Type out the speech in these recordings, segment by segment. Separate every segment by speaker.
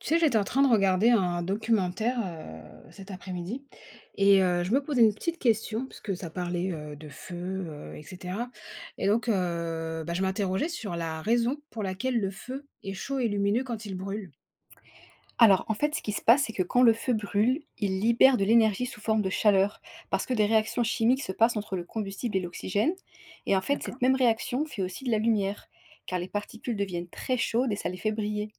Speaker 1: Tu sais, j'étais en train de regarder un documentaire cet après-midi et je me posais une petite question parce que ça parlait de feu, etc. Et donc, je m'interrogeais sur la raison pour laquelle le feu est chaud et lumineux quand il brûle.
Speaker 2: Alors, en fait, ce qui se passe, c'est que quand le feu brûle, il libère de l'énergie sous forme de chaleur, parce que des réactions chimiques se passent entre le combustible et l'oxygène. Et en fait,
Speaker 1: D'accord.
Speaker 2: cette même réaction fait aussi de la lumière, car les particules deviennent très chaudes et ça les fait briller.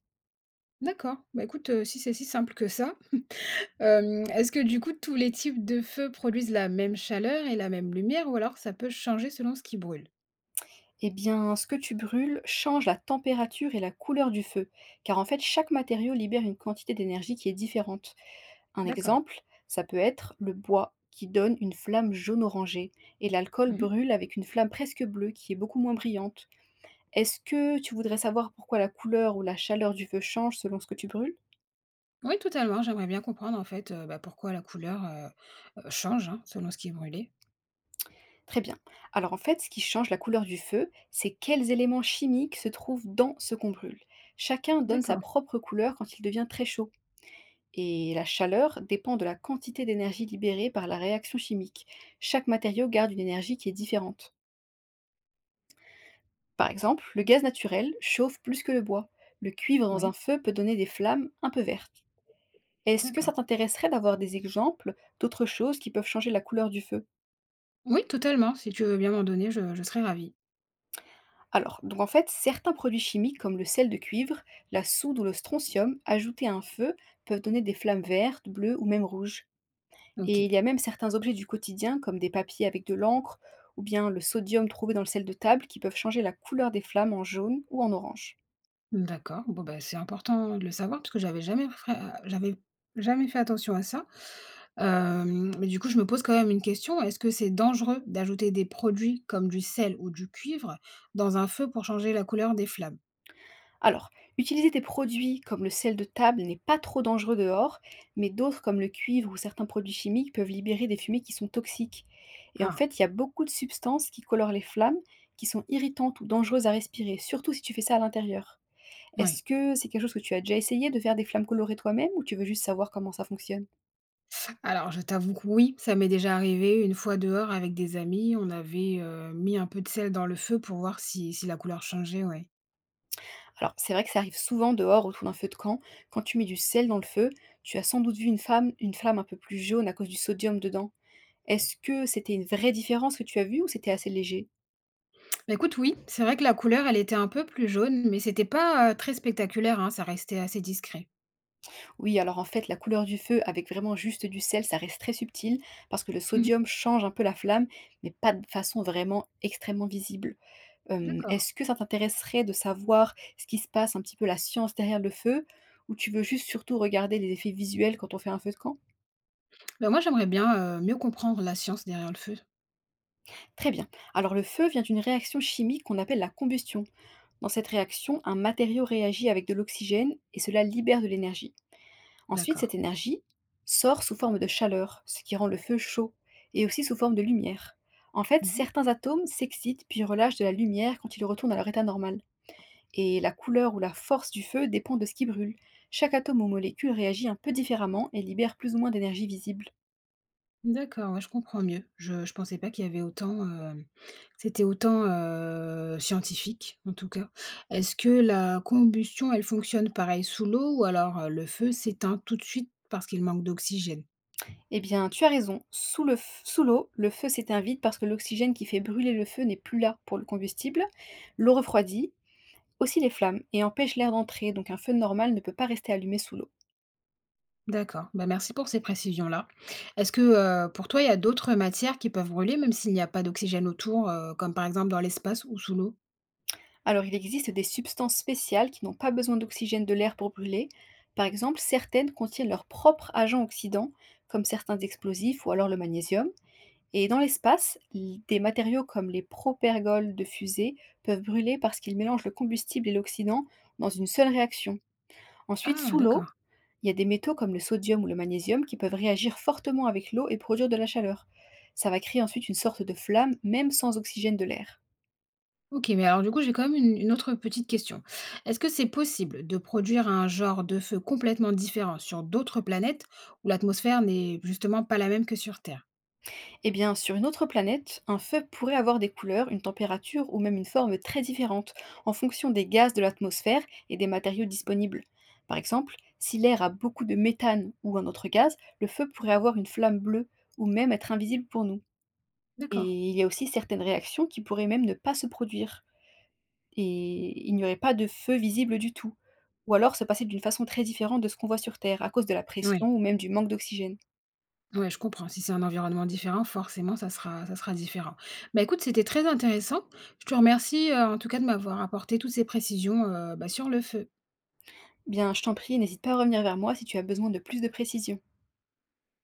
Speaker 1: D'accord. Bah écoute, si c'est si simple que ça, est-ce que du coup tous les types de feux produisent la même chaleur et la même lumière ou alors ça peut changer selon ce qui brûle?
Speaker 2: Eh bien, ce que tu brûles change la température et la couleur du feu, car en fait, chaque matériau libère une quantité d'énergie qui est différente. Un
Speaker 1: D'accord.
Speaker 2: exemple, ça peut être le bois, qui donne une flamme jaune-orangée, et l'alcool
Speaker 1: Mhm.
Speaker 2: brûle avec une flamme presque bleue, qui est beaucoup moins brillante. Est-ce que tu voudrais savoir pourquoi la couleur ou la chaleur du feu change selon ce que tu brûles?
Speaker 1: Oui, totalement. J'aimerais bien comprendre en fait pourquoi la couleur. Change, hein, selon ce qui est brûlé.
Speaker 2: Très bien. Alors en fait, ce qui change la couleur du feu, c'est quels éléments chimiques se trouvent dans ce qu'on brûle. Chacun donne sa
Speaker 1: D'accord,
Speaker 2: propre couleur quand il devient très chaud. Et la chaleur dépend de la quantité d'énergie libérée par la réaction chimique. Chaque matériau garde une énergie qui est différente. Par exemple, le gaz naturel chauffe plus que le bois. Le cuivre dans un
Speaker 1: oui,
Speaker 2: feu peut donner des flammes un peu vertes. Est-ce que ça
Speaker 1: d'accord.
Speaker 2: t'intéresserait d'avoir des exemples d'autres choses qui peuvent changer la couleur du feu?
Speaker 1: Oui, totalement, si tu veux bien m'en donner, je serais ravie.
Speaker 2: Alors, donc en fait, certains produits chimiques comme le sel de cuivre, la soude ou le strontium ajoutés à un feu peuvent donner des flammes vertes, bleues ou même rouges. Et
Speaker 1: OK,
Speaker 2: il y a même certains objets du quotidien comme des papiers avec de l'encre ou bien le sodium trouvé dans le sel de table qui peuvent changer la couleur des flammes en jaune ou en orange.
Speaker 1: d'accord. Bon, bah, c'est important de le savoir parce que j'avais jamais fait attention à ça. Hem, mais du coup, je me pose quand même une question, est-ce que c'est dangereux d'ajouter des produits comme du sel ou du cuivre dans un feu pour changer la couleur des flammes?
Speaker 2: Alors, utiliser des produits comme le sel de table n'est pas trop dangereux dehors, mais d'autres comme le cuivre ou certains produits chimiques peuvent libérer des fumées qui sont toxiques. Et en
Speaker 1: Ah,
Speaker 2: fait, il y a beaucoup de substances qui colorent les flammes, qui sont irritantes ou dangereuses à respirer, surtout si tu fais ça à l'intérieur.
Speaker 1: oui.
Speaker 2: Est-ce que c'est quelque chose que tu as déjà essayé de faire des flammes colorées toi-même ou tu veux juste savoir comment ça fonctionne?
Speaker 1: Alors, je t'avoue que oui, ça m'est déjà arrivé une fois dehors avec des amis. On avait, mis un peu de sel dans le feu pour voir si si la couleur changeait, ouais.
Speaker 2: Alors, c'est vrai que ça arrive souvent dehors autour d'un feu de camp. Quand tu mets du sel dans le feu, tu as sans doute vu une flamme un peu plus jaune à cause du sodium dedans. Est-ce que c'était une vraie différence que tu as vue ou c'était assez léger?
Speaker 1: Bah, écoute, oui, c'est vrai que la couleur, elle était un peu plus jaune, mais c'était pas, très spectaculaire, hein, ça restait assez discret.
Speaker 2: Oui, alors en fait, la couleur du feu avec vraiment juste du sel, ça reste très subtil parce que le
Speaker 1: Mmh.
Speaker 2: sodium change un peu la flamme, mais pas de façon vraiment extrêmement visible.
Speaker 1: D'accord.
Speaker 2: Est-ce que ça t'intéresserait de savoir ce qui se passe un petit peu la science derrière le feu? Ou tu veux juste surtout regarder les effets visuels quand on fait un feu de camp?
Speaker 1: Bah, moi, j'aimerais bien, mieux comprendre la science derrière le feu.
Speaker 2: Très bien. Alors le feu vient d'une réaction chimique qu'on appelle la combustion. Dans cette réaction, un matériau réagit avec de l'oxygène et cela libère de l'énergie. Ensuite,
Speaker 1: D'accord.
Speaker 2: cette énergie sort sous forme de chaleur, ce qui rend le feu chaud, et aussi sous forme de lumière. En fait,
Speaker 1: Mmh.
Speaker 2: certains atomes s'excitent puis relâchent de la lumière quand ils retournent à leur état normal. Et la couleur ou la force du feu dépend de ce qui brûle. Chaque atome ou molécule réagit un peu différemment et libère plus ou moins d'énergie visible.
Speaker 1: D'accord, ouais, je comprends mieux. Je pensais pas qu'il y avait autant, c'était autant, scientifique, en tout cas. Est-ce que la combustion, elle fonctionne pareil sous l'eau ou alors, le feu s'éteint tout de suite parce qu'il manque d'oxygène?
Speaker 2: Eh bien, tu as raison. Sous l'eau, le feu s'éteint vite parce que l'oxygène qui fait brûler le feu n'est plus là pour le combustible. L'eau refroidit aussi les flammes et empêche l'air d'entrer, donc un feu normal ne peut pas rester allumé sous l'eau.
Speaker 1: D'accord, bah, merci pour ces précisions-là. Est-ce que, pour toi, il y a d'autres matières qui peuvent brûler même s'il n'y a pas d'oxygène autour, comme par exemple dans l'espace ou sous l'eau?
Speaker 2: Alors, il existe des substances spéciales qui n'ont pas besoin d'oxygène de l'air pour brûler. Par exemple, certaines contiennent leur propre agent oxydant, comme certains explosifs ou alors le magnésium. Et dans l'espace, des matériaux comme les propergoles de fusée peuvent brûler parce qu'ils mélangent le combustible et l'oxydant dans une seule réaction. Ensuite,
Speaker 1: Ah
Speaker 2: sous l'eau,
Speaker 1: d'accord.
Speaker 2: il y a des métaux comme le sodium ou le magnésium qui peuvent réagir fortement avec l'eau et produire de la chaleur. Ça va créer ensuite une sorte de flamme, même sans oxygène de l'air.
Speaker 1: OK, mais alors du coup, j'ai quand même une autre petite question. Est-ce que c'est possible de produire un genre de feu complètement différent sur d'autres planètes où l'atmosphère n'est justement pas la même que sur Terre?
Speaker 2: Eh bien, sur une autre planète, un feu pourrait avoir des couleurs, une température ou même une forme très différente en fonction des gaz de l'atmosphère et des matériaux disponibles. Par exemple, si l'air a beaucoup de méthane ou un autre gaz, le feu pourrait avoir une flamme bleue ou même être invisible pour nous.
Speaker 1: D'accord.
Speaker 2: Et il y a aussi certaines réactions qui pourraient même ne pas se produire et il n'y aurait pas de feu visible du tout, ou alors se passer d'une façon très différente de ce qu'on voit sur Terre à cause de la pression
Speaker 1: Oui.
Speaker 2: ou même du manque d'oxygène.
Speaker 1: Ouais, je comprends. Si c'est un environnement différent, forcément, ça sera différent. Bah, écoute, c'était très intéressant. Je te remercie, en tout cas de m'avoir apporté toutes ces précisions, sur le feu.
Speaker 2: Bien, je t'en prie, n'hésite pas à revenir vers moi si tu as besoin de plus de précision.